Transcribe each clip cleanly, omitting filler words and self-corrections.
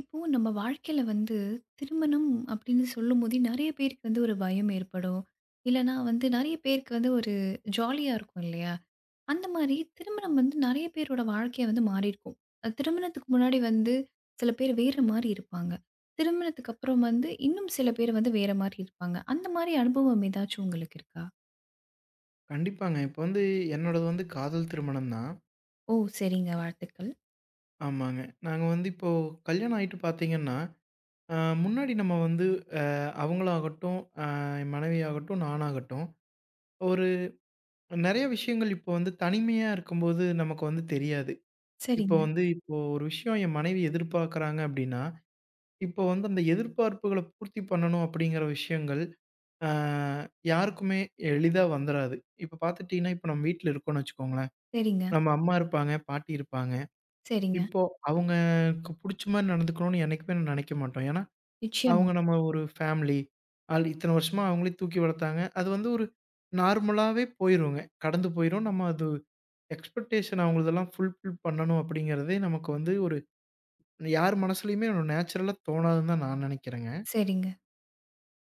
இப்போ நம்ம வாழ்க்கையில வந்து திருமணம் அப்படின்னு சொல்லும்போதே நிறைய பேருக்கு வந்து ஒரு பயம் ஏற்படும். இல்லன்னா வந்து நிறைய பேருக்கு வந்து ஒரு ஜாலியா இருக்கும் இல்லையா? அந்த மாதிரி திருமணம் வந்து நிறைய பேரோட வாழ்க்கைய வந்து மாறியிருக்கும். திருமணத்துக்கு முன்னாடி வந்து சில பேர் வேற மாரி இருப்பாங்க. திருமணத்துக்கு அப்புறம் வந்து இன்னும் சில பேர் வந்து வேற மாரி இருப்பாங்க. அந்த மாரி அனுபவம் ஏதாச்சும் உங்களுக்கு இருக்கா? கண்டிப்பாங்க. இப்ப வந்து என்னோடது வந்து காதல் திருமணம் தான். ஓ! சரிங்க. வாழ்த்துக்கள். ஆமாங்க. நாங்க வந்து இப்போ கல்யாணம் ஆயிட்டு பார்த்தீங்கன்னா, அ முன்னாடி நம்ம வந்து அ அவங்களாகட்டும், என் மனைவியாகட்டும், நானாகட்டும், ஒரு நெறைய விஷயங்கள் இப்போ வந்து தனிமையா இருக்கும்போது நமக்கு வந்து தெரியாது. இப்போ சரிங்க, வந்து இப்போ ஒரு விஷயம் என் மனைவி எதிர்பார்க்குறாங்க அப்டின்னா, இப்போ வந்து அந்த எதிர்பார்ப்புகள பூர்த்தி பண்ணணும் அப்டிங்கிற விஷயங்கள், அ யாருக்குமே எளிதா வந்துராது. இப்ப பார்த்துட்டீங்கன்னா, இப்ப நம்ம வீட்ல இருக்கோம்னு வச்சுக்கோங்களேன். சரிங்க, நம்ம அம்மா இருப்பாங்க, பாட்டி இருப்பாங்க. சரிங்க. இப்போ அவங்களுக்கு புடிச்ச மாரி நடந்துக்கணும்னு என்னைக்குமே நான் நினைக்க மாட்டோம். ஏன்னா, நிச்சயமா. அவங்க நம்ம ஒரு ஃபேமிலி. அது இத்தன வருஷமா அவங்களே தூக்கி வளர்த்தாங்க. அது வந்து ஒரு நார்மலாவே போயிருங்க. கடந்து போயிரும். நம்ம அது எக்ஸ்பெக்டேஷன் அவங்களதெல்லாம் ஃபுல்ஃபில் பண்ணணும் அப்படிங்கிறதே நமக்கு வந்து ஒரு யார் மனசுலயுமே ஒரு நேச்சுரலா தோணாதுன்னு தான் நான் நினைக்கிறேங்க. சரிங்க,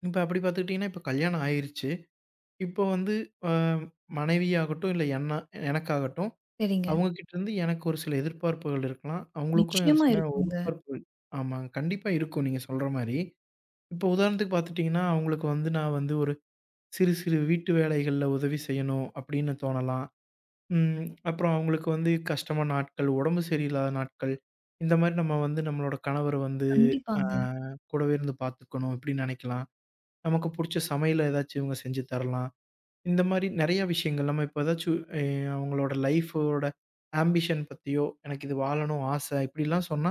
இப்ப அப்படி பார்த்துக்கிட்டீங்கன்னா, இப்ப கல்யாணம் ஆயிருச்சு. இப்போ வந்து அ மனைவியாகட்டும், இல்ல என்ன எனக்காகட்டும் சரிங்க. அவங்க கிட்டேருந்து எனக்கு ஒரு சில எதிர்பார்ப்புகள் இருக்கலாம். அவங்களுக்கும் ஒரு நிச்சயமா சில இருக்குங்க. எதிர்பார்ப்புகள். ஆமாங்க. கண்டிப்பா இருக்கும் நீங்க சொல்ற மாரி. இப்போ உதாரணத்துக்கு பார்த்துட்டீங்கன்னா, அவங்களுக்கு வந்து நான் வந்து ஒரு சிறு சிறு வீட்டு வேலைகள்ல உதவி செய்யணும் அப்படின்னு தோணலாம். ம். அப்புறம் அவங்களுக்கு வந்து கஷ்டமான நாட்கள், உடம்பு சரியில்லாத நாட்கள், இந்த மாரி நம்ம வந்து நம்மளோட கணவர வந்து ஆ கண்டிப்பாங்க. கூடவே இருந்து பார்த்துக்கணும் இப்படின்னு நெனைக்கலாம். நமக்கு புடிச்ச சமையல ஏதாச்சும் இவங்க செஞ்சு தரலாம். இந்த மாரி நெறைய விஷயங்கள். நம்ம இப்ப ஏதாச்சும் அவங்களோட லைஃபோட ஆம்பிஷன் பத்தியோ, எனக்கு இது வாழணும் ஆசை இப்படிலாம் சொன்னா,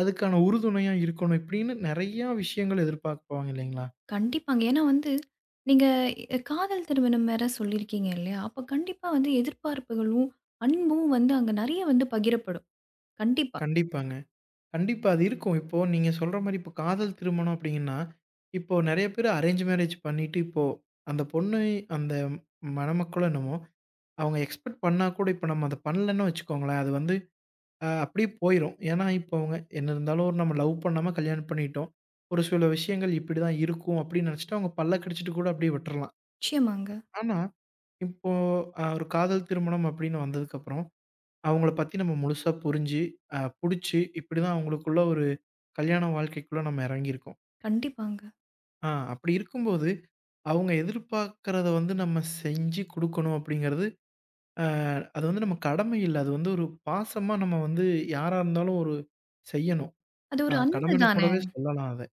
அதுக்கான உறுதுணையா இருக்கணும். இப்படின்னு நெறையா விஷயங்கள் எதிர்பார்ப்பாங்க இல்லைங்களா? கண்டிப்பாங்க. ஏன்னா வந்து, நீங்க காதல் திருமணம் வேற சொல்லியிருக்கீங்க இல்லையா? அப்ப கண்டிப்பா வந்து எதிர்பார்ப்புகளும், அன்பும் வந்து அங்க நெறைய வந்து பகிரப்படும். கண்டிப்பா. கண்டிப்பாங்க. கண்டிப்பா அது இருக்கும். இப்போ நீங்க சொல்ற மாரி இப்போ காதல் திருமணம் அப்படிங்கன்னா, இப்போ நெறைய பேரு அரேஞ்ச் மேரேஜ் பண்ணிட்டு இப்போ அந்த பொண்ணு அந்த மணமக்களோ என்னமோ, அவங்க எக்ஸ்பெக்ட் பண்ணா கூட, இப்ப நம்ம அத பண்ணலன்னு வச்சுக்கோங்களேன், அது வந்து அப்படியே போயிரும். ஏன்னா, இப்போ அவங்க என்ன இருந்தாலும் ஒரு நம்ம லவ் பண்ணாம கல்யாணம் பண்ணிட்டோம். ஒரு சில விஷயங்கள் இப்படிதான் இருக்கும் அப்படின்னு நினைச்சுட்டு அவங்க பல்ல கடிச்சிட்டு கூட அப்படியே விட்டுறலாம். நிச்சயமாங்க. ஆனா, இப்போ ஒரு காதல் திருமணம் அப்படின்னு வந்ததுக்கப்புறம், அவங்கள பத்தி நம்ம முழுசா புரிஞ்சு, புடிச்சு இப்படிதான் அவங்களுக்குள்ள ஒரு கல்யாண வாழ்க்கைக்குள்ள நம்ம இறங்கியிருக்கோம். கண்டிப்பாங்க. அப்படி இருக்கும்போது, அவங்க எதிர்பார்க்கிறத வந்து நம்ம செஞ்சு குடுக்கணும் அப்படிங்கிறது, அது வந்து நம்ம கடமை இல்ல. அது வந்து ஒரு பாசமா நம்ம வந்து யாரா இருந்தாலும் ஒரு செய்யணும். அது ஆ ஒரு அன்பு கடமைன்னு தானே! கூடவே சொல்லலாம் அத.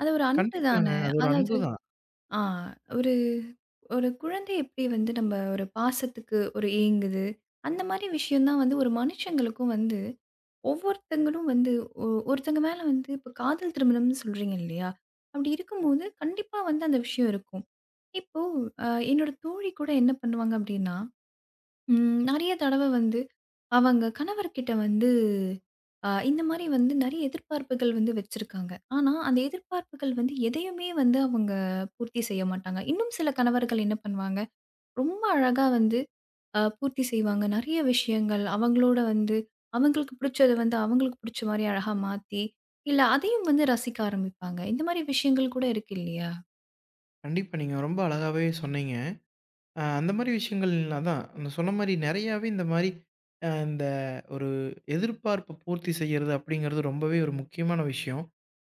அது ஒரு அன்பு கண்டிப்பாங்க. தானே! அது ஒரு அன்பு அதாவது தான். ஆ ஒரு ஒரு குழந்தை எப்படி வந்து நம்ம ஒரு பாசத்துக்கு ஒரு ஏங்குது, அந்த மாரி விஷயம் தான் வந்து ஒரு மனுஷங்களுக்கும் வந்து ஒவ்வொருத்தங்களும் வந்து ஒ ஒருத்தங்க மேல வந்து இப்ப காதல் திருமணம்னு சொல்றீங்க இல்லையா? அப்படி இருக்கும்போது கண்டிப்பா வந்து அந்த விஷயம் இருக்கும். இப்போ என்னோட தோழி கூட என்ன பண்ணுவாங்க அப்படின்னா, நெறைய தடவ வந்து அவங்க கணவர்கிட்ட வந்து இந்த மாரி வந்து நெறைய எதிர்பார்ப்புகள் வந்து வச்சிருக்காங்க. ஆனா அந்த எதிர்பார்ப்புகள் வந்து எதையுமே வந்து அவங்க பூர்த்தி செய்ய மாட்டாங்க. இன்னும் சில கணவர்கள் என்ன பண்ணுவாங்க, ரொம்ப அழகா வந்து பூர்த்தி செய்வாங்க. நெறைய விஷயங்கள் அவங்களோட வந்து அவங்களுக்கு பிடிச்சத வந்து அவங்களுக்கு பிடிச்ச மாரி அழகா மாத்தி, இல்ல அதையும் வந்து ரசிக்க ஆரம்பிப்பாங்க. இந்த மாரி விஷயங்கள் கூட இருக்கு இல்லையா? கண்டிப்பா நீங்க ரொம்ப அழகாவே சொன்னீங்க. அந்த மாரி விஷயங்கள் அதான் நான் சொன்ன மாரி நெறையாவே இந்த மாரி அ இந்த ஒரு எதிர்பார்ப்ப பூர்த்தி செய்யறது அப்படிங்கிறது ரொம்பவே ஒரு முக்கியமான விஷயம்.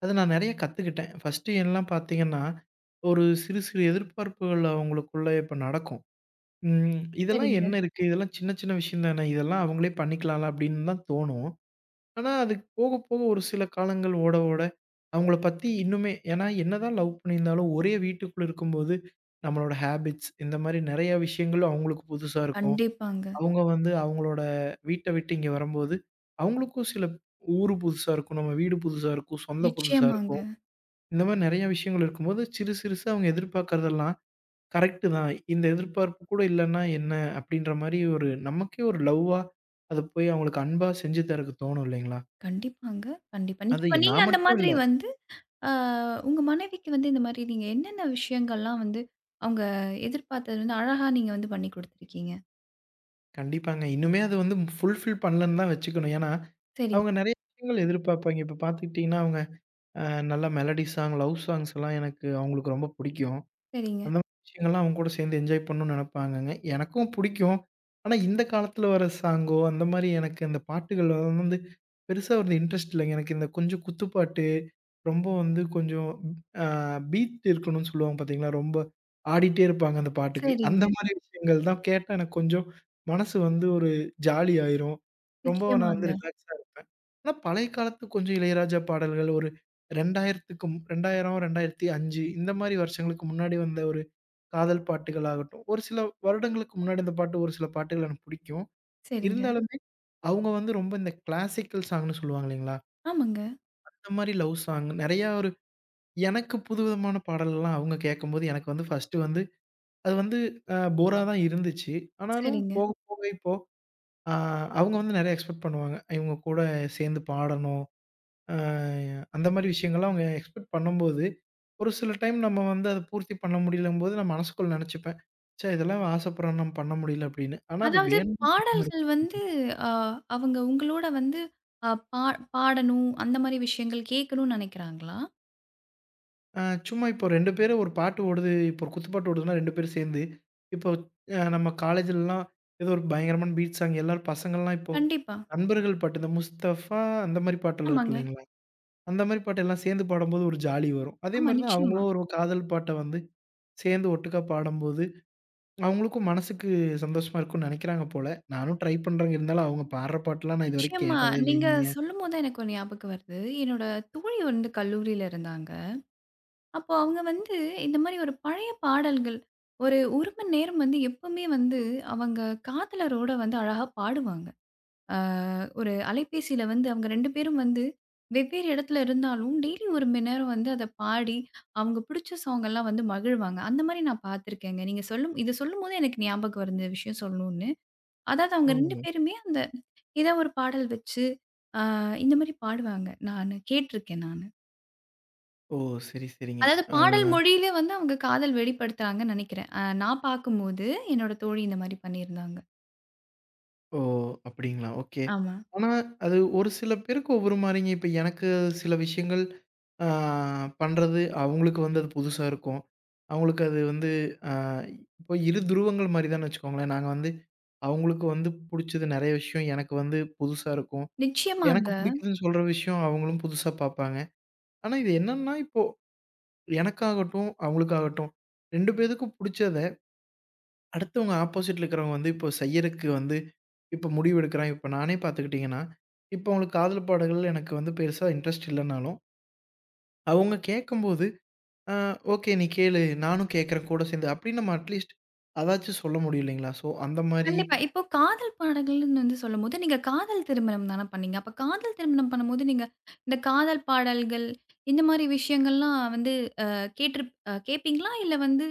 அத நான் நெறைய கத்துக்கிட்டேன். ஃபர்ஸ்ட்டு எல்லாம் பார்த்தீங்கன்னா, ஒரு சிறு சிறு எதிர்பார்ப்புகள் அவங்களுக்குள்ள இப்ப நடக்கும். ம். இதெல்லாம் சரிங்க. என்ன இருக்கு? இதெல்லாம் சின்ன சின்ன விஷயம் தானே. இதெல்லாம் அவங்களே பண்ணிக்கலாம்ல அப்படின்னு தான் தோணும். ஆனா, அதுக்கு போக, போக ஒரு சில காலங்கள் ஓட, ஓட அவங்கள பத்தி இன்னுமே ஏன்னா என்னதான் லவ் பண்ணியிருந்தாலும் ஒரே வீட்டுக்குள்ள இருக்கும்போது, நம்மளோட ஹேபிட்ஸ் இந்த மாரி நெறைய விஷயங்கள் அவங்களுக்கு புதுசா இருக்கும். கண்டிப்பாங்க. அவங்க வந்து அவங்களோட வீட்ட விட்டு இங்க வரும்போது, அவங்களுக்கும் சில ஊரு புதுசா இருக்கும். நம்ம வீடு புதுசா இருக்கும். சொந்தம் புதுசா நிச்சயமாங்க. இருக்கும். இந்த மாரி நெறைய விஷயங்கள் இருக்கும்போது, சிறு சிறுசா அவங்க எதிர்பார்க்கிறதெல்லாம் கரெக்ட்டு தான். இந்த எதிர்பார்ப்பு கூட இல்லன்னா என்ன? அப்படின்ற மாரி ஒரு நமக்கே ஒரு லவ்வா, அது போய் அவங்களுக்கு அன்பா செஞ்சு தரக்கு தோணும் இல்லைங்களா? கண்டிப்பாங்க. கண்டிப்பா. அது நிச்சயமா நீங்க நான் அந்த மட்டும் மாதிரி இல்ல. வந்து அ உங்க மனைவிக்கு வந்து இந்த மாரி நீங்க என்னென்ன விஷயங்கள்லாம் வந்து அவங்க எதிர்பார்த்தது வந்து அழகா நீங்க வந்து பண்ணி குடுத்துருக்கீங்க. கண்டிப்பாங்க. இன்னுமே அது வந்து ஃபுல்ஃபில் பண்ணலன்னு தான் வச்சுக்கணும். ஏன்னா, சரிங்க, அவங்க நெறைய விஷயங்கள் எதிர்பார்ப்பாங்க. இப்ப பார்த்துக்கிட்டீங்கன்னா, அவங்க அ நல்ல மெலடி சாங், லவ் சாங்ஸ்லாம் எனக்கு அவங்களுக்கு ரொம்ப பிடிக்கும். சரிங்க, அந்த மாரி விஷயங்கள்லாம் அவங்க கூட சேர்ந்து என்ஜாய் பண்ணணும்னு நெனைப்பாங்கங்க. எனக்கும் புடிக்கும். ஆனா, இந்த காலத்துல வர சாங்கோ, அந்த மாரி எனக்கு அந்த பாட்டுகள் வந்து பெருசா வந்து இன்ட்ரெஸ்ட் இல்லங்க. எனக்கு இந்த கொஞ்சம் குத்துப்பாட்டு, ரொம்ப வந்து கொஞ்சம் அ பீட் இருக்கணும்னு சொல்லுவாங்க பார்த்தீங்களா? ரொம்ப ஆடிட்டே இருப்பாங்க அந்த பாட்டுக்கு. அந்த சரிங்க. மாரி விஷயங்கள் தான் கேட்டா எனக்கு கொஞ்சம் மனசு வந்து ஒரு ஜாலி ஆயிரும். ரொம்ப நான் வந்து நிச்சயமாங்க. ரிலாக்ஸா இருப்பேன். ஆனா, பழைய காலத்து கொஞ்சம் இளையராஜா பாடல்கள், ஒரு 2000க்கும் 2000, 2005 இந்த மாரி வருஷங்களுக்கு முன்னாடி வந்த ஒரு காதல் பாட்டுகள் ஆகட்டும், ஒரு சில வருடங்களுக்கு முன்னாடி இந்த பாட்டு ஒரு சில பாட்டுகள் எனக்கு பிடிக்கும். சரிங்க. இருந்தாலுமே, அவங்க வந்து ரொம்ப இந்த கிளாசிக்கல் சாங்ன்னு சொல்லுவாங்க இல்லைங்களா? ஆமாங்க. அந்த மாரி லவ் சாங் நெறையா ஒரு எனக்கு புதுவிதமான பாடல்லாம் அவங்க கேட்கும்போது, எனக்கு வந்து ஃபர்ஸ்ட்டு வந்து அது வந்து போரா தான் இருந்துச்சு. ஆனாலும் சரிங்க. போக, போக இப்போ அ அவங்க வந்து நெறைய எக்ஸ்பெக்ட் பண்ணுவாங்க. இவங்க கூட சேர்ந்து பாடணும். ஆ அந்த மாரி விஷயங்கள்லாம் அவங்க எக்ஸ்பெக்ட் பண்ணும்போது, ஒரு சில டைம் நம்ம வந்து அத பூர்த்தி பண்ண முடியலங்கும்போது, நான் மனசுக்குள்ள நெனச்சுப்பேன். ச்சே! இதெல்லாம் ஆசைப்படுறோம் நம்ம பண்ண முடியல அப்படின்னு. ஆனா அது அதாவது வேணும்னு பண்ணாம பாடல்கள் இருக்கீங்க. வந்து அ அவங்க உங்களோட வந்து அ பா பாடணும், அந்த மாரி விஷயங்கள் கேட்கணும்னு நினைக்கிறாங்களா? ஆ சும்மா இப்போ 2 பேரும் ஒரு பாட்டு ஓடுது, இப்போ ஒரு குத்துப்பாட்டு ஓடுதுன்னா 2 பேரும் சேர்ந்து, இப்போ நம்ம காலேஜ்லலாம் ஏதோ ஒரு பயங்கரமான பீட் சாங் எல்லாரும் பசங்கள்லாம் இப்போ கண்டிப்பா. நண்பர்கள் பாட்டு, இந்த முஸ்தஃபா அந்த மாரி பாட்டெல்லாம் இருக்கு ஆமாங்க. இல்லைங்களா? அந்த மாரி பாட்டு எல்லாம் சேர்ந்து பாடும்போது ஒரு ஜாலி வரும். அதே ஆமா, மாரி தான் நிச்சயமா. அவங்களும் ஒரு காதல் பாட்ட வந்து சேர்ந்து ஒட்டுக்கா பாடும்போது அவங்களுக்கும் மனசுக்கு சந்தோஷமா இருக்கும்னு நெனைக்கிறாங்க போல. நானும் ட்ரை பண்றேங்க. இருந்தாலும் அவங்க பாடுற பாட்டுலாம் நான் இதுவரைக்கும் நிச்சயமா. கேட்டதே நீங்க இல்லைங்க. சொல்லும்போது தான் எனக்கு ஒரு ஞாபகம் வருது. என்னோட தோழி வந்து கல்லூரியில இருந்தாங்க. அப்போ அவங்க வந்து இந்த மாரி ஒரு பழைய பாடல்கள், ஒரு 1 மணி நேரம் வந்து எப்பவுமே வந்து அவங்க காதலரோட வந்து அழகா பாடுவாங்க. ஆ ஒரு அலைபேசியில வந்து அவங்க 2 பேரும் வந்து வெவ்வேறு இடத்துல இருந்தாலும், டெய்லி ஒரு மணி நேரம் வந்து அத பாடி, அவங்க பிடிச்ச சாங் எல்லாம் வந்து மகிழ்வாங்க. அந்த மாரி நான் பார்த்துருக்கேங்க. நீங்க சொல்லும் இத சொல்லும்போது எனக்கு ஞாபகம் வருது விஷயம் சொல்லணும்னு. அதாவது அவங்க ஓ! 2 பேருமே அந்த ஏதா ஒரு பாடல் வச்சு, ஆ இந்த மாரி பாடுவாங்க. நானு கேட்டுருக்கேன் நானு. ஓ! சரி, சரிங்க. அதாவது ஆ. பாடல் மொழியிலே வந்து அவங்க காதல் வெளிப்படுத்துறாங்கன்னு நெனைக்கிறேன். நான் பார்க்கும்போது என்னோட தோழி இந்த மாரி பண்ணியிருந்தாங்க. ஓ! அப்படிங்களா? ஓகே. ஆமா. ஆனா, அது ஒரு சில பேருக்கு ஒவ்வொரு மாரிங்க. இப்ப எனக்கு சில விஷயங்கள் ஆ பண்றது, அவங்களுக்கு வந்து அது புதுசா இருக்கும். அவங்களுக்கு அது வந்து ஆ இப்போ இரு துருவங்கள் மாரி தான்னு வச்சுக்கோங்களேன். நாங்க வந்து அவங்களுக்கு வந்து புடிச்சது நெறைய விஷயம் எனக்கு வந்து புதுசா இருக்கும். எனக்கு நிச்சயமாங்க. புடிக்குதுன்னு சொல்ற விஷயம் அவங்களும் புதுசா பார்ப்பாங்க. ஆனா, இது என்னன்னா, இப்போ எனக்காகட்டும், அவங்களுக்காகட்டும் 2 பேத்துக்கும் புடிச்சத அடுத்தவங்க ஆப்போசிட்ல இருக்கிறவங்க வந்து இப்போ செய்யறக்கு வந்து இப்போ முடிவு எடுக்கிறாங்க. இப்போ நானே பார்த்துக்கிட்டீங்கன்னா, இப்போ அவங்களுக்கு காதல் பாடல்கள் எனக்கு வந்து பெருசா இன்ட்ரெஸ்ட் இல்லனாலும், அவங்க கேட்கும்போது, "ஆ ஓகே நீ கேளு, நானும் கேட்கிறேன் கூட சேர்ந்து" அப்படின்னு நம்ம அட்லீஸ்ட் அதாச்சும் சொல்ல முடியும் இல்லைங்களா? ஸோ அந்த மாரி கண்டிப்பா. இப்போ காதல் பாடல்கள்னு வந்து சொல்லும்போது, நீங்க காதல் திருமணம் தான பண்ணீங்க. அப்ப காதல் திருமணம் பண்ணும்போது, நீங்க இந்த காதல் பாடல்கள், இந்த மாரி விஷயங்கள்லாம் வந்து அ கேட்டிருப் அ கேட்பீங்களா? இல்ல வந்து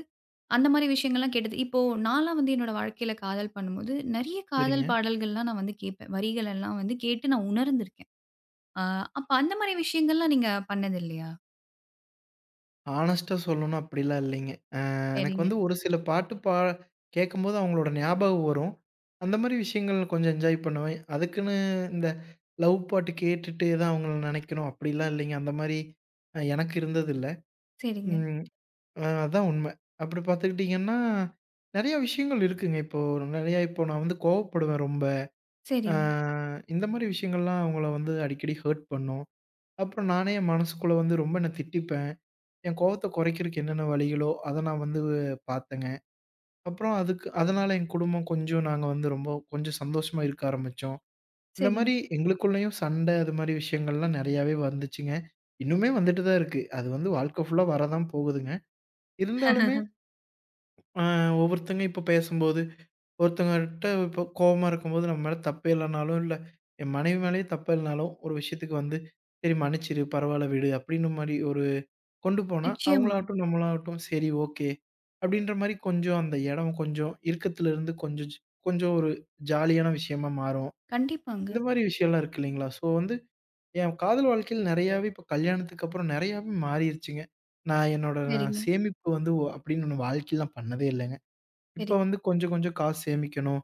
அந்த மாரி விஷயங்கள்லாம் கேட்டது இப்போ நான்லாம் வந்து என்னோட வாழ்க்கையில காதல் பண்ணும்போது, நெறைய காதல் சரிங்க. பாடல்கள்லாம் நான் வந்து கேட்பேன். வரிகள் எல்லாம் வந்து கேட்டு நான் உணர்ந்திருக்கேன். அ அப்ப அந்த மாரி விஷயங்கள்லாம் நீங்க பண்ணது இல்லையா? ஹானஸ்ட்டா சொல்லணும் அப்படிலாம் இல்லைங்க. எனக்கு சரிங்க, வந்து ஒரு சில பாட்டு கேட்கும்போது அவங்களோட ஞாபகம் வரும். அந்த மாரி விஷயங்கள் கொஞ்சம் என்ஜாய் பண்ணுவேன். அதுக்குன்னு இந்த லவ் பாட்டு கேட்டுட்டே தான் அவங்கள நினைக்கணும் அப்படிலாம் இல்லைங்க. அந்த மாரி எனக்கு இருந்ததில்ல. சரிங்க, ம். அதான் உண்மை. அப்படி பார்த்துக்கிட்டிங்கன்னா, நெறைய விஷயங்கள் இருக்குங்க. இப்போ நெறையா இப்போ நான் வந்து கோவப்படுவேன் ரொம்ப. அ சரிங்க, இந்த மாரி விஷயங்கள்லாம் அவங்கள வந்து அடிக்கடி ஹர்ட் பண்ணும். அப்புறம் நானே என் மனசுக்குள்ள வந்து ரொம்ப என்ன திட்டிப்பேன். என் கோவத்த குறைக்கிறக்கு என்னென்ன வழிகளோ, அத நான் வந்து பார்த்தேங்க. அப்புறம் அதுக்கு அதனால என் குடும்பம் கொஞ்சம் நாங்க வந்து ரொம்ப கொஞ்சம் சந்தோஷமா இருக்க ஆரம்பிச்சோம். இந்த சரிங்க. மாரி எங்களுக்குள்ளேயும் சண்டை, அது மாரி விஷயங்கள்லாம் நெறையாவே வந்துச்சுங்க. இன்னுமே வந்துட்டு தான் இருக்கு. அது வந்து வாழ்க்கை ஃபுல்லா வர தான் போகுதுங்க. இருந்தாலுமே அ ஒவ்வொருத்தங்க இப்ப பேசும்போது, ஒருத்தங்ககிட்ட இப்ப கோவமா இருக்கும்போது நம்ம மேல தப்பே இல்லனாலும், இல்ல என் மனைவி மேலயே தப்பு இல்லனாலும், ஒரு விஷயத்துக்கு வந்து, "சரி மன்னிச்சிரு, பரவால்ல விடு" அப்படின்னு மாரி ஒரு கொண்டு போனா, நிச்சயமா. அவங்களாகட்டும், நம்மளாகட்டும் சரி ஓகே. அப்படின்ற மாரி கொஞ்சம் அந்த இடம் கொஞ்சம் இறுக்கத்திலிருந்து கொஞ்சம் கொஞ்சம் ஒரு ஜாலியான விஷயமா மாறும். இந்த கண்டிப்பாங்க. மாரி விஷயம்லாம் இருக்கு இல்லைங்களா? ஸோ வந்து என் காதல் வாழ்க்கையில நெறையாவே இப்போ கல்யாணத்துக்கு அப்புறம் நெறையாவே மாறிருச்சுங்க. நான் என்னோட நான் சரிங்க, சேமிப்பு வந்து அப்படின்னு ஒண்ணு வாழ்க்கையில நான் பண்ணதே இல்லங்க. இப்போ சரிங்க, வந்து கொஞ்சம் கொஞ்சம் காசு சேமிக்கணும்.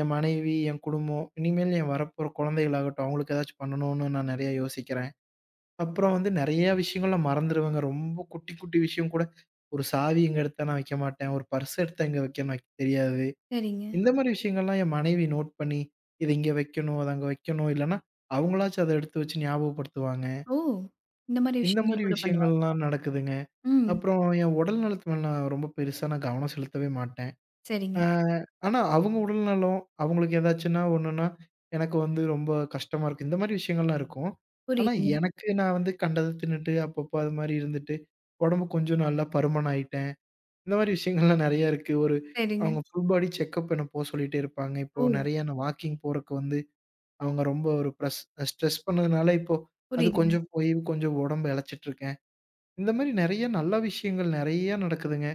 என் மனைவி, என் குடும்பம், இனிமேல் என் வரப்போற குழந்தைகளாகட்டும், அவங்களுக்கு ஏதாச்சும் பண்ணணும்னு நான் நெறையா யோசிக்கிறேன். அப்புறம் வந்து நெறைய விஷயங்கள் நான் மறந்துருவேங்க. ரொம்ப குட்டி, குட்டி விஷயம் கூட ஒரு சாவி இங்க எடுத்தா நான் வைக்க மாட்டேன். ஒரு பர்ஸ் எடுத்தா இங்க வைக்கன்னு எனக்கு தெரியாது. சரிங்க. இந்த மாரி விஷயங்கள்லாம் என் மனைவி நோட் பண்ணி, இத இங்க வைக்கணும், அத அங்க வைக்கணும். இல்லன்னா, அவங்களாச்சும் அத எடுத்து வச்சு ஞாபகப்படுத்துவாங்க. ஓ! இந்த மாரி இந்த விஷயங்கள் மாரி கூட பண்ணுவாங்க. விஷயங்கள்லாம் நடக்குதுங்க. ம். அப்புறம் என் உடல் நலத்து மேல நான் ரொம்ப பெருசா நான் கவனம் செலுத்தவே மாட்டேன். சரிங்க. ஆ, ஆனா அவங்க உடல் நலம், அவங்களுக்கு ஏதாச்சுன்னா ஒண்ணுன்னா, எனக்கு வந்து ரொம்ப கஷ்டமா இருக்கு. இந்த மாரி விஷயங்கள்லாம் இருக்கும். ஆனா புரியுதுங்க. எனக்கு நான் வந்து கண்டத தின்னுட்டு, அப்பப்போ அது மாரி இருந்துட்டு, உடம்பு கொஞ்சம் நல்லா பருமன் ஆயிட்டேன். இந்த மாரி விஷயங்கள்லாம் நெறைய இருக்கு. ஒரு சரிங்க. அவங்க ஃபுல் பாடி செக்கப் என்ன போ சொல்லிட்டே இருப்பாங்க. இப்போ ஓ! நெறைய நான் வாக்கிங் போறக்கு வந்து அவங்க ரொம்ப ஒரு ஸ்ட்ரெஸ் பண்ணதுனால இப்போ அது புரியுதுங்க, கொஞ்சம் போய் கொஞ்சம் உடம்பு இளச்சிட்டு இருக்கேன். இந்த மாரி நெறைய நல்ல விஷயங்கள் நெறைய நடக்குதுங்க.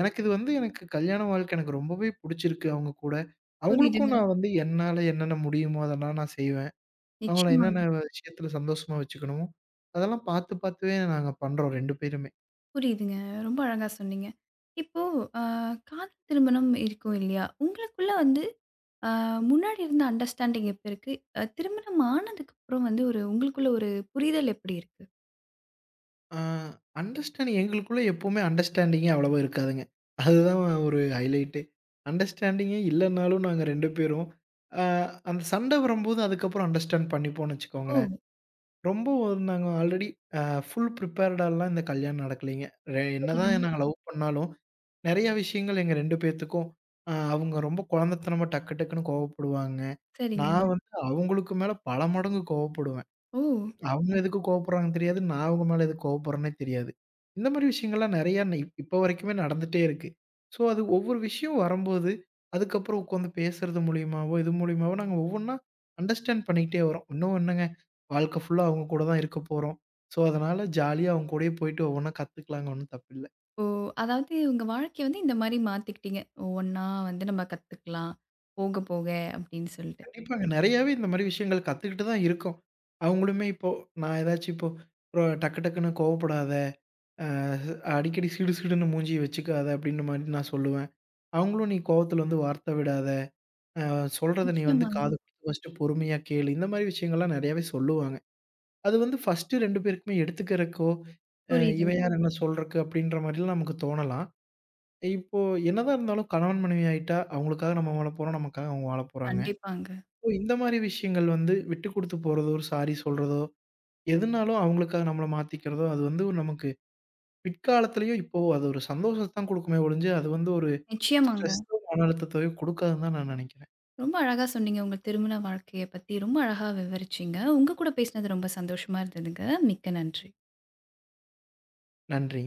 எனக்கு இது வந்து எனக்கு கல்யாண வாழ்க்கை எனக்கு ரொம்பவே புடிச்சிருக்கு அவங்க கூட. அவங்களுக்கும் புரியுதுங்க. நான் வந்து என்னால என்னென்ன முடியுமோ அதெல்லாம் நான் செய்வேன். அவங்கள நிச்சயமா. என்னென்ன விஷயத்துல சந்தோஷமா வச்சுக்கணுமோ, அதெல்லாம் பார்த்து பார்த்துவே நாங்க பண்றோம் 2 பேருமே. புரியுதுங்க. ரொம்ப அழகா சொன்னீங்க. இப்போ அ காதல் திருமணம் இருக்கும் இல்லையா? உங்களுக்குள்ள வந்து அ முன்னாடி இருந்த அண்டர்ஸ்டாண்டிங் எப்ப இருக்கு? திருமணம் ஆனதுக்கு அப்புறம் வந்து ஒரு உங்களுக்குள்ள ஒரு புரிதல் எப்படி இருக்கு? ஆ அண்டர்ஸ்டாண்டிங் எங்களுக்குள்ள எப்பவுமே அண்டர்ஸ்டாண்டிங்கே அவ்வளவா இருக்காதுங்க. அதுதான் ஒரு ஹைலைட்டே. அண்டர்ஸ்டாண்டிங்கே இல்லன்னாலும் நாங்க 2 பேரும், ஆ அந்த சண்டை வரும்போது அதுக்கப்புறம் அண்டர்ஸ்டாண்ட் பண்ணிப்போம்னு ஓ! வச்சுக்கோங்களேன். ரொம்ப ஒரு நாங்க ஆல்ரெடி அ ஃபுல் ப்ரிப்பேர்டாலாம் இந்த கல்யாணம் நடக்கலைங்க. என்னதான் புரியுதுங்க. நாங்க ம். லவ் பண்ணாலும், நெறைய விஷயங்கள் எங்க 2 பேத்துக்கும் அவங்க ரொம்ப குழந்தைத்தனமா டக்கு டக்குன்னு கோவப்படுவாங்க. சரிங்க. நான் வந்து அவங்களுக்கு மேல பல மடங்கு கோவப்படுவேன். ஓ! அவங்க எதுக்கு கோவப்படுறாங்கன்னு தெரியாது. நான் அவங்க மேல எதுக்கு கோவப்படுறேன்னே தெரியாது. இந்த மாரி விஷயங்கள்லாம் நெறையா ந இப் இப்ப வரைக்குமே நடந்துட்டே இருக்கு. ஸோ, அது ஒவ்வொரு விஷயம் வரும்போது, அதுக்கப்புறம் உட்காந்து பேசுறது மூலியமாவோ, இது மூலியமாவோ நாங்க ஒவ்வொன்னா அண்டர்ஸ்டாண்ட் பண்ணிக்கிட்டே வரோம். இன்னும் என்னங்க, வாழ்க்கை ஃபுல்லா அவங்க கூட தான் இருக்க போறோம். ஸோ, அதனால ஜாலியா அவங்க கூடயே போயிட்டு ஒவ்வொன்னா கத்துக்கலாங்க. ஒண்ணும் தப்பில்ல. ஓ! அதாவது உங்க வாழ்க்கைய வந்து இந்த மாரி மாத்திக்கிட்டீங்க. ஒவ்வொன்னா வந்து நம்ம கத்துக்கலாம். போக போக அப்படின்னு சொல்லிட்டு. கண்டிப்பாங்க. நெறையாவே இந்த மாரி விஷயங்கள் கத்துக்கிட்டு தான் இருக்கோம். அவங்களுமே இப்போ நான் ஏதாச்சும் இப்போ டக்கு டக்குன்னு கோவப்படாத. அ அடிக்கடி சிடு சிடுன்னு மூஞ்சிய வச்சுக்காத அப்படின்ற மாரி நான் சொல்லுவேன். அவங்களும் நீ கோவத்துல வந்து வார்த்த விடாத. சொல்றத நீ வந்து நிச்சயமாங்க. காது குடுத்து ஃபர்ஸ்ட்டு பொறுமையா கேளு. இந்த மாரி விஷயங்கள்லாம் நெறையாவே சொல்லுவாங்க. அது வந்து ஃபர்ஸ்ட்டு 2 பேருக்குமே எடுத்துக்கிறக்கோ, அ இவ புரியுதுங்க. யார் என்ன சொல்றக்கு அப்படின்ற மாரிலாம் நமக்கு தோணலாம். இப்போ என்னதான் இருந்தாலும் கணவன் மனைவி ஆயிட்டா அவங்களுக்காக நம்ம வாழ போறோம். நமக்காக அவங்க வாழ போறாங்க. கண்டிப்பாங்க. ஸோ இந்த மாரி விஷயங்கள் வந்து விட்டு குடுத்து போறதோ, ஒரு சாரி சொல்றதோ, எதுனாலும் அவங்களுக்காக நம்மள மாத்திக்கிறதோ, அது வந்து நமக்கு பிற்காலத்திலயும் இப்போ அது ஒரு சந்தோஷத்த தான் குடுக்குமே ஒழிஞ்சு, அது வந்து ஒரு நிச்சயமாங்க. ஸ்ட்ரெஸ்ஸோ, மன அழுத்தத்தையோ குடுக்காதுன்னு தான் நான் நெனைக்கிறேன். ரொம்ப அழகா சொன்னீங்க. உங்க திருமண வாழ்க்கைய பத்தி ரொம்ப அழகா விவரிச்சீங்க. உங்க கூட பேசினது ரொம்ப சந்தோஷமா இருந்ததுங்க. மிக்க நன்றி. நன்றி.